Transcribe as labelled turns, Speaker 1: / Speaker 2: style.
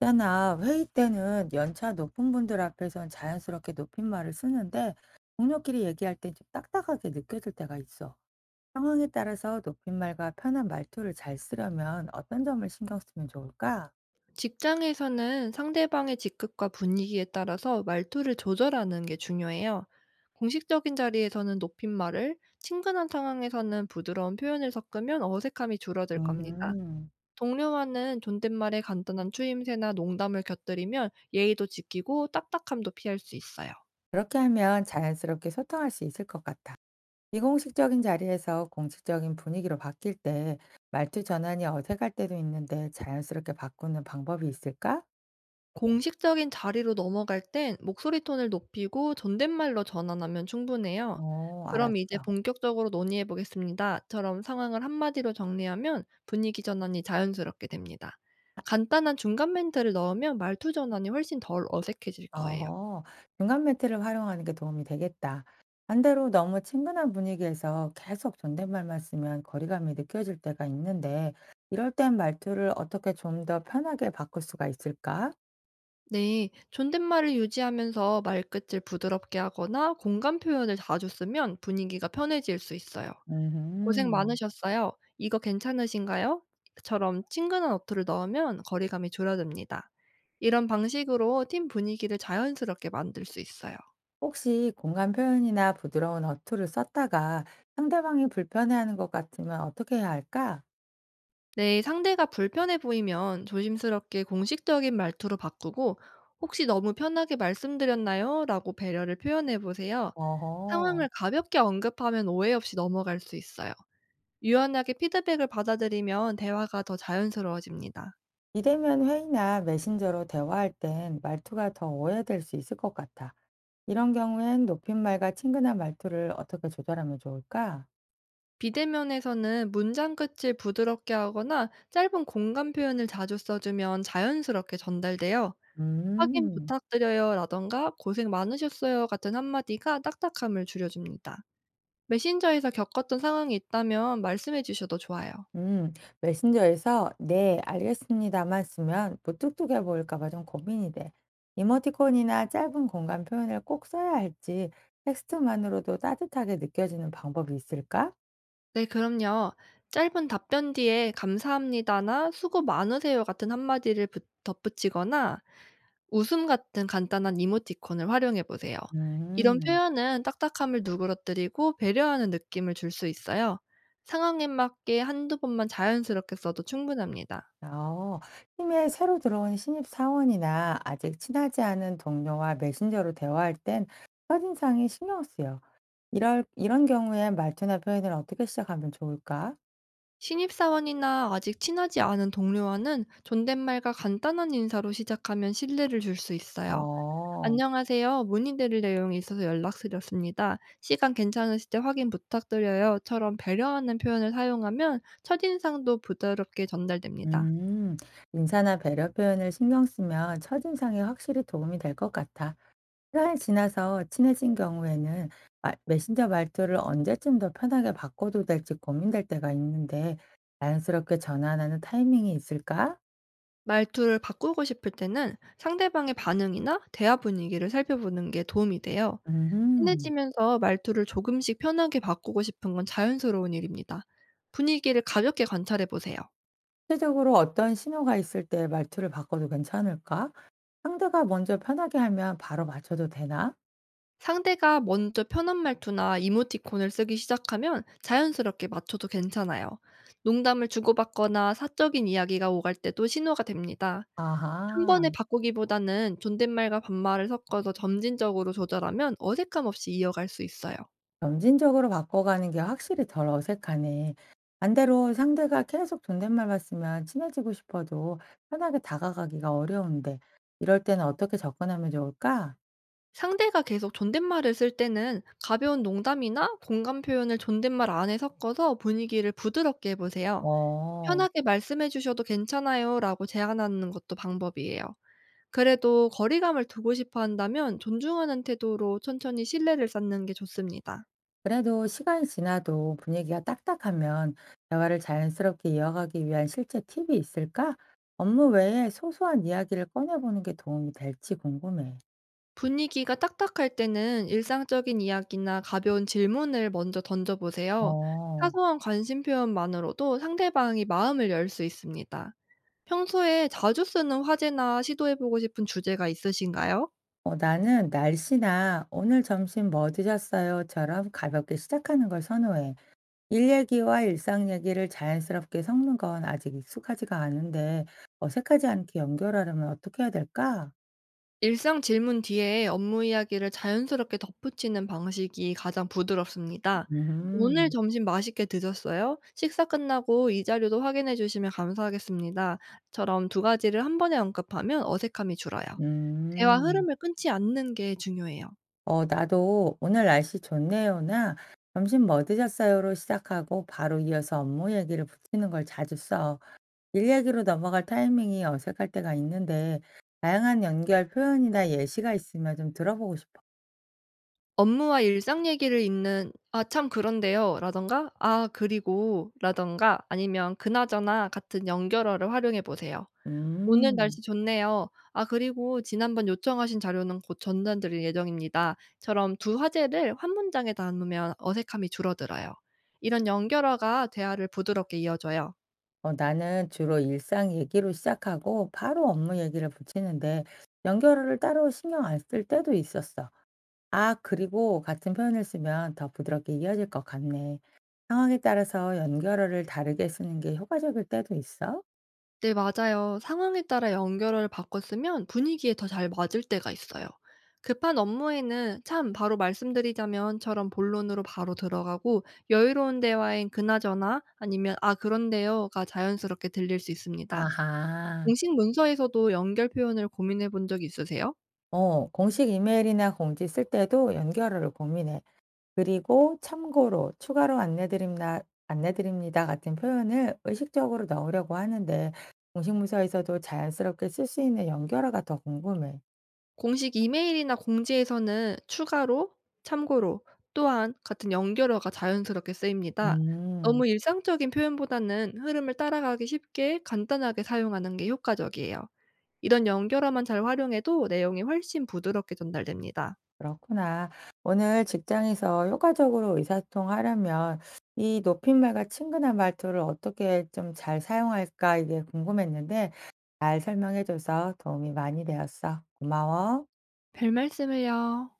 Speaker 1: 있잖아, 회의 때는 연차 높은 분들 앞에선 자연스럽게 높임말을 쓰는데, 동료끼리 얘기할 땐 좀 딱딱하게 느껴질 때가 있어. 상황에 따라서 높임말과 편한 말투를 잘 쓰려면 어떤 점을 신경 쓰면 좋을까?
Speaker 2: 직장에서는 상대방의 직급과 분위기에 따라서 말투를 조절하는 게 중요해요. 공식적인 자리에서는 높임말을, 친근한 상황에서는 부드러운 표현을 섞으면 어색함이 줄어들 겁니다.
Speaker 1: 음.
Speaker 2: 동료와는 존댓말에 간단한 추임새나 농담을 곁들이면 예의도 지키고 딱딱함도 피할 수 있어요.
Speaker 1: 그렇게 하면 자연스럽게 소통할 수 있을 것 같아. 비공식적인 자리에서 공식적인 분위기로 바뀔 때 말투 전환이 어색할 때도 있는데 자연스럽게 바꾸는 방법이 있을까?
Speaker 2: 공식적인 자리로 넘어갈 땐 목소리 톤을 높이고 존댓말로 전환하면 충분해요.
Speaker 1: 어,
Speaker 2: "그럼 이제
Speaker 1: 알았어.
Speaker 2: 본격적으로 논의해 보겠습니다."처럼 상황을 한마디로 정리하면 분위기 전환이 자연스럽게 됩니다. 간단한 중간 멘트를 넣으면 말투 전환이 훨씬 덜 어색해질 거예요.
Speaker 1: 어허. 중간 매트를 활용하는 게 도움이 되겠다. 반대로 너무 친근한 분위기에서 계속 존댓말만 쓰면 거리감이 느껴질 때가 있는데, 이럴 땐 말투를 어떻게 좀 더 편하게 바꿀 수가 있을까?
Speaker 2: 네. 존댓말을 유지하면서 말끝을 부드럽게 하거나 공감 표현을 자주 쓰면 분위기가 편해질 수 있어요. "고생
Speaker 1: 음.
Speaker 2: 많으셨어요. 이거 괜찮으신가요? 처럼 친근한 어투를 넣으면 거리감이 줄어듭니다. 이런 방식으로 팀 분위기를 자연스럽게 만들 수 있어요.
Speaker 1: 혹시 공간 표현이나 부드러운 어투를 썼다가 상대방이 불편해하는 것 같으면 어떻게 해야 할까?
Speaker 2: 네, 상대가 불편해 보이면 조심스럽게 공식적인 말투로 바꾸고 "혹시 너무 편하게 말씀드렸나요?" 라고 배려를 표현해 보세요.
Speaker 1: 어허.
Speaker 2: 상황을 가볍게 언급하면 오해 없이 넘어갈 수 있어요. 유연하게 피드백을 받아들이면 대화가 더 자연스러워집니다.
Speaker 1: 비대면 회의나 메신저로 대화할 땐 말투가 더 오해될 수 있을 것 같아. 이런 경우엔 높임말과 친근한 말투를 어떻게 조절하면 좋을까?
Speaker 2: 비대면에서는 문장 끝을 부드럽게 하거나 짧은 공간 표현을 자주 써주면 자연스럽게 전달돼요. 확인
Speaker 1: 음.
Speaker 2: 부탁드려요라던가 고생 많으셨어요 같은 한마디가 딱딱함을 줄여줍니다. 메신저에서 겪었던 상황이 있다면 말씀해 주셔도 좋아요.
Speaker 1: 음. 메신저에서 네, 알겠습니다만 쓰면 무뚝뚝해 보일까 봐 좀 고민이 돼. 이모티콘이나 짧은 공간 표현을 꼭 써야 할지 텍스트만으로도 따뜻하게 느껴지는 방법이 있을까?
Speaker 2: 네, 그럼요. 짧은 답변 뒤에 감사합니다나 수고 많으세요 같은 한마디를 덧붙이거나 웃음 같은 간단한 이모티콘을 활용해 보세요. 이런
Speaker 1: 음.
Speaker 2: 표현은 딱딱함을 누그러뜨리고 배려하는 느낌을 줄 수 있어요. 상황에 맞게 한두 번만 자연스럽게 써도 충분합니다.
Speaker 1: 어, 팀에 새로 들어온 신입 사원이나 아직 친하지 않은 동료와 메신저로 대화할 땐 첫인상이 신경 쓰여. 이럴 이런 경우에 말투나 표현을 어떻게 시작하면 좋을까?
Speaker 2: 신입사원이나 아직 친하지 않은 동료와는 존댓말과 간단한 인사로 시작하면 신뢰를 줄 수 있어요.
Speaker 1: 어.
Speaker 2: "안녕하세요. 문의드릴 내용이 있어서 연락드렸습니다. 시간 괜찮으실 때 확인 부탁드려요."처럼 배려하는 표현을 사용하면 첫인상도 부드럽게 전달됩니다.
Speaker 1: 음. 인사나 배려 표현을 신경 쓰면 첫인상에 확실히 도움이 될 것 같아. 시간이 지나서 친해진 경우에는 메신저 말투를 언제쯤 더 편하게 바꿔도 될지 고민될 때가 있는데 자연스럽게 전환하는 타이밍이 있을까?
Speaker 2: 말투를 바꾸고 싶을 때는 상대방의 반응이나 대화 분위기를 살펴보는 게 도움이 돼요.
Speaker 1: 음.
Speaker 2: 친해지면서 말투를 조금씩 편하게 바꾸고 싶은 건 자연스러운 일입니다. 분위기를 가볍게 관찰해 보세요.
Speaker 1: 구체적으로 어떤 신호가 있을 때 말투를 바꿔도 괜찮을까? 상대가 먼저 편하게 하면 바로 맞춰도 되나?
Speaker 2: 상대가 먼저 편한 말투나 이모티콘을 쓰기 시작하면 자연스럽게 맞춰도 괜찮아요. 농담을 주고받거나 사적인 이야기가 오갈 때도 신호가 됩니다. 한
Speaker 1: 아하.
Speaker 2: 번에 바꾸기보다는 존댓말과 반말을 섞어서 점진적으로 조절하면 어색함 없이 이어갈 수 있어요.
Speaker 1: 점진적으로 바꿔가는 게 확실히 덜 어색하네. 반대로 상대가 계속 존댓말봤으면 친해지고 싶어도 편하게 다가가기가 어려운데, 이럴 때는 어떻게 접근하면 좋을까?
Speaker 2: 상대가 계속 존댓말을 쓸 때는 가벼운 농담이나 공감 표현을 존댓말 안에 섞어서 분위기를 부드럽게 해보세요.
Speaker 1: 어,
Speaker 2: 편하게 말씀해 주셔도 괜찮아요 라고 제안하는 것도 방법이에요. 그래도 거리감을 두고 싶어 한다면 존중하는 태도로 천천히 신뢰를 쌓는 게 좋습니다.
Speaker 1: 그래도 시간이 지나도 분위기가 딱딱하면 대화를 자연스럽게 이어가기 위한 실제 팁이 있을까? 업무 외에 소소한 이야기를 꺼내보는 게 도움이 될지 궁금해.
Speaker 2: 분위기가 딱딱할 때는 일상적인 이야기나 가벼운 질문을 먼저 던져보세요.
Speaker 1: 어.
Speaker 2: 사소한 관심 표현만으로도 상대방이 마음을 열 수 있습니다. 평소에 자주 쓰는 화제나 시도해보고 싶은 주제가 있으신가요?
Speaker 1: 어, 나는 날씨나 오늘 점심 뭐 드셨어요?처럼 가볍게 시작하는 걸 선호해. 일 얘기와 일상 얘기를 자연스럽게 섞는 건 아직 익숙하지가 않은데 어색하지 않게 연결하려면 어떻게 해야 될까?
Speaker 2: 일상 질문 뒤에 업무 이야기를 자연스럽게 덧붙이는 방식이 가장 부드럽습니다. "오늘
Speaker 1: 음.
Speaker 2: 점심 맛있게 드셨어요? 식사 끝나고 이 자료도 확인해 주시면 감사하겠습니다." 처럼 두 가지를 한 번에 언급하면 어색함이 줄어요. 대화
Speaker 1: 음.
Speaker 2: 흐름을 끊지 않는 게 중요해요.
Speaker 1: 어, 나도 오늘 날씨 좋네요나 점심 뭐 드셨어요?로 시작하고 바로 이어서 업무 얘기를 붙이는 걸 자주 써. 일 얘기로 넘어갈 타이밍이 어색할 때가 있는데 다양한 연결 표현이나 예시가 있으면 좀 들어보고 싶어.
Speaker 2: 업무와 일상 얘기를 잇는 "아 참 그런데요." 라던가 "아 그리고" 라던가 아니면 "그나저나" 같은 연결어를 활용해 보세요. 오늘
Speaker 1: 음.
Speaker 2: 날씨 좋네요. 아 그리고 "지난번 요청하신 자료는 곧 전달드릴 예정입니다."처럼 두 화제를 한 문장에 담으면 어색함이 줄어들어요. 이런 연결어가 대화를 부드럽게 이어줘요.
Speaker 1: 어, 나는 주로 일상 얘기로 시작하고 바로 업무 얘기를 붙이는데 연결을 따로 신경 안 쓸 때도 있었어. 아, 그리고 같은 표현을 쓰면 더 부드럽게 이어질 것 같네. 상황에 따라서 연결어를 다르게 쓰는 게 효과적일 때도 있어.
Speaker 2: 네 맞아요. 상황에 따라 연결어를 바꿔 쓰면 분위기에 더 잘 맞을 때가 있어요. 급한 업무에는 "참 바로 말씀드리자면."처럼 본론으로 바로 들어가고 여유로운 대화엔 그나저나 아니면 "아 그런데요."가 자연스럽게 들릴 수 있습니다.
Speaker 1: 아하.
Speaker 2: 공식 문서에서도 연결 표현을 고민해 본 적이 있으세요?
Speaker 1: 어, 공식 이메일이나 공지 쓸 때도 연결어를 고민해. 그리고 "참고로 추가로 안내드립다 안내드립니다." 같은 표현을 의식적으로 넣으려고 하는데 공식 문서에서도 자연스럽게 쓸 수 있는 연결어가 더 궁금해.
Speaker 2: 공식 이메일이나 공지에서는 "추가로", "참고로" 또한 같은 연결어가 자연스럽게 쓰입니다.
Speaker 1: 음.
Speaker 2: 너무 일상적인 표현보다는 흐름을 따라가기 쉽게 간단하게 사용하는 게 효과적이에요. 이런 연결어만 잘 활용해도 내용이 훨씬 부드럽게 전달됩니다.
Speaker 1: 그렇구나. 오늘 직장에서 효과적으로 의사소통하려면 이 높임말과 친근한 말투를 어떻게 좀 잘 사용할까 이게 궁금했는데 잘 설명해 줘서 도움이 많이 되었어. 고마워.
Speaker 2: 별말씀을요.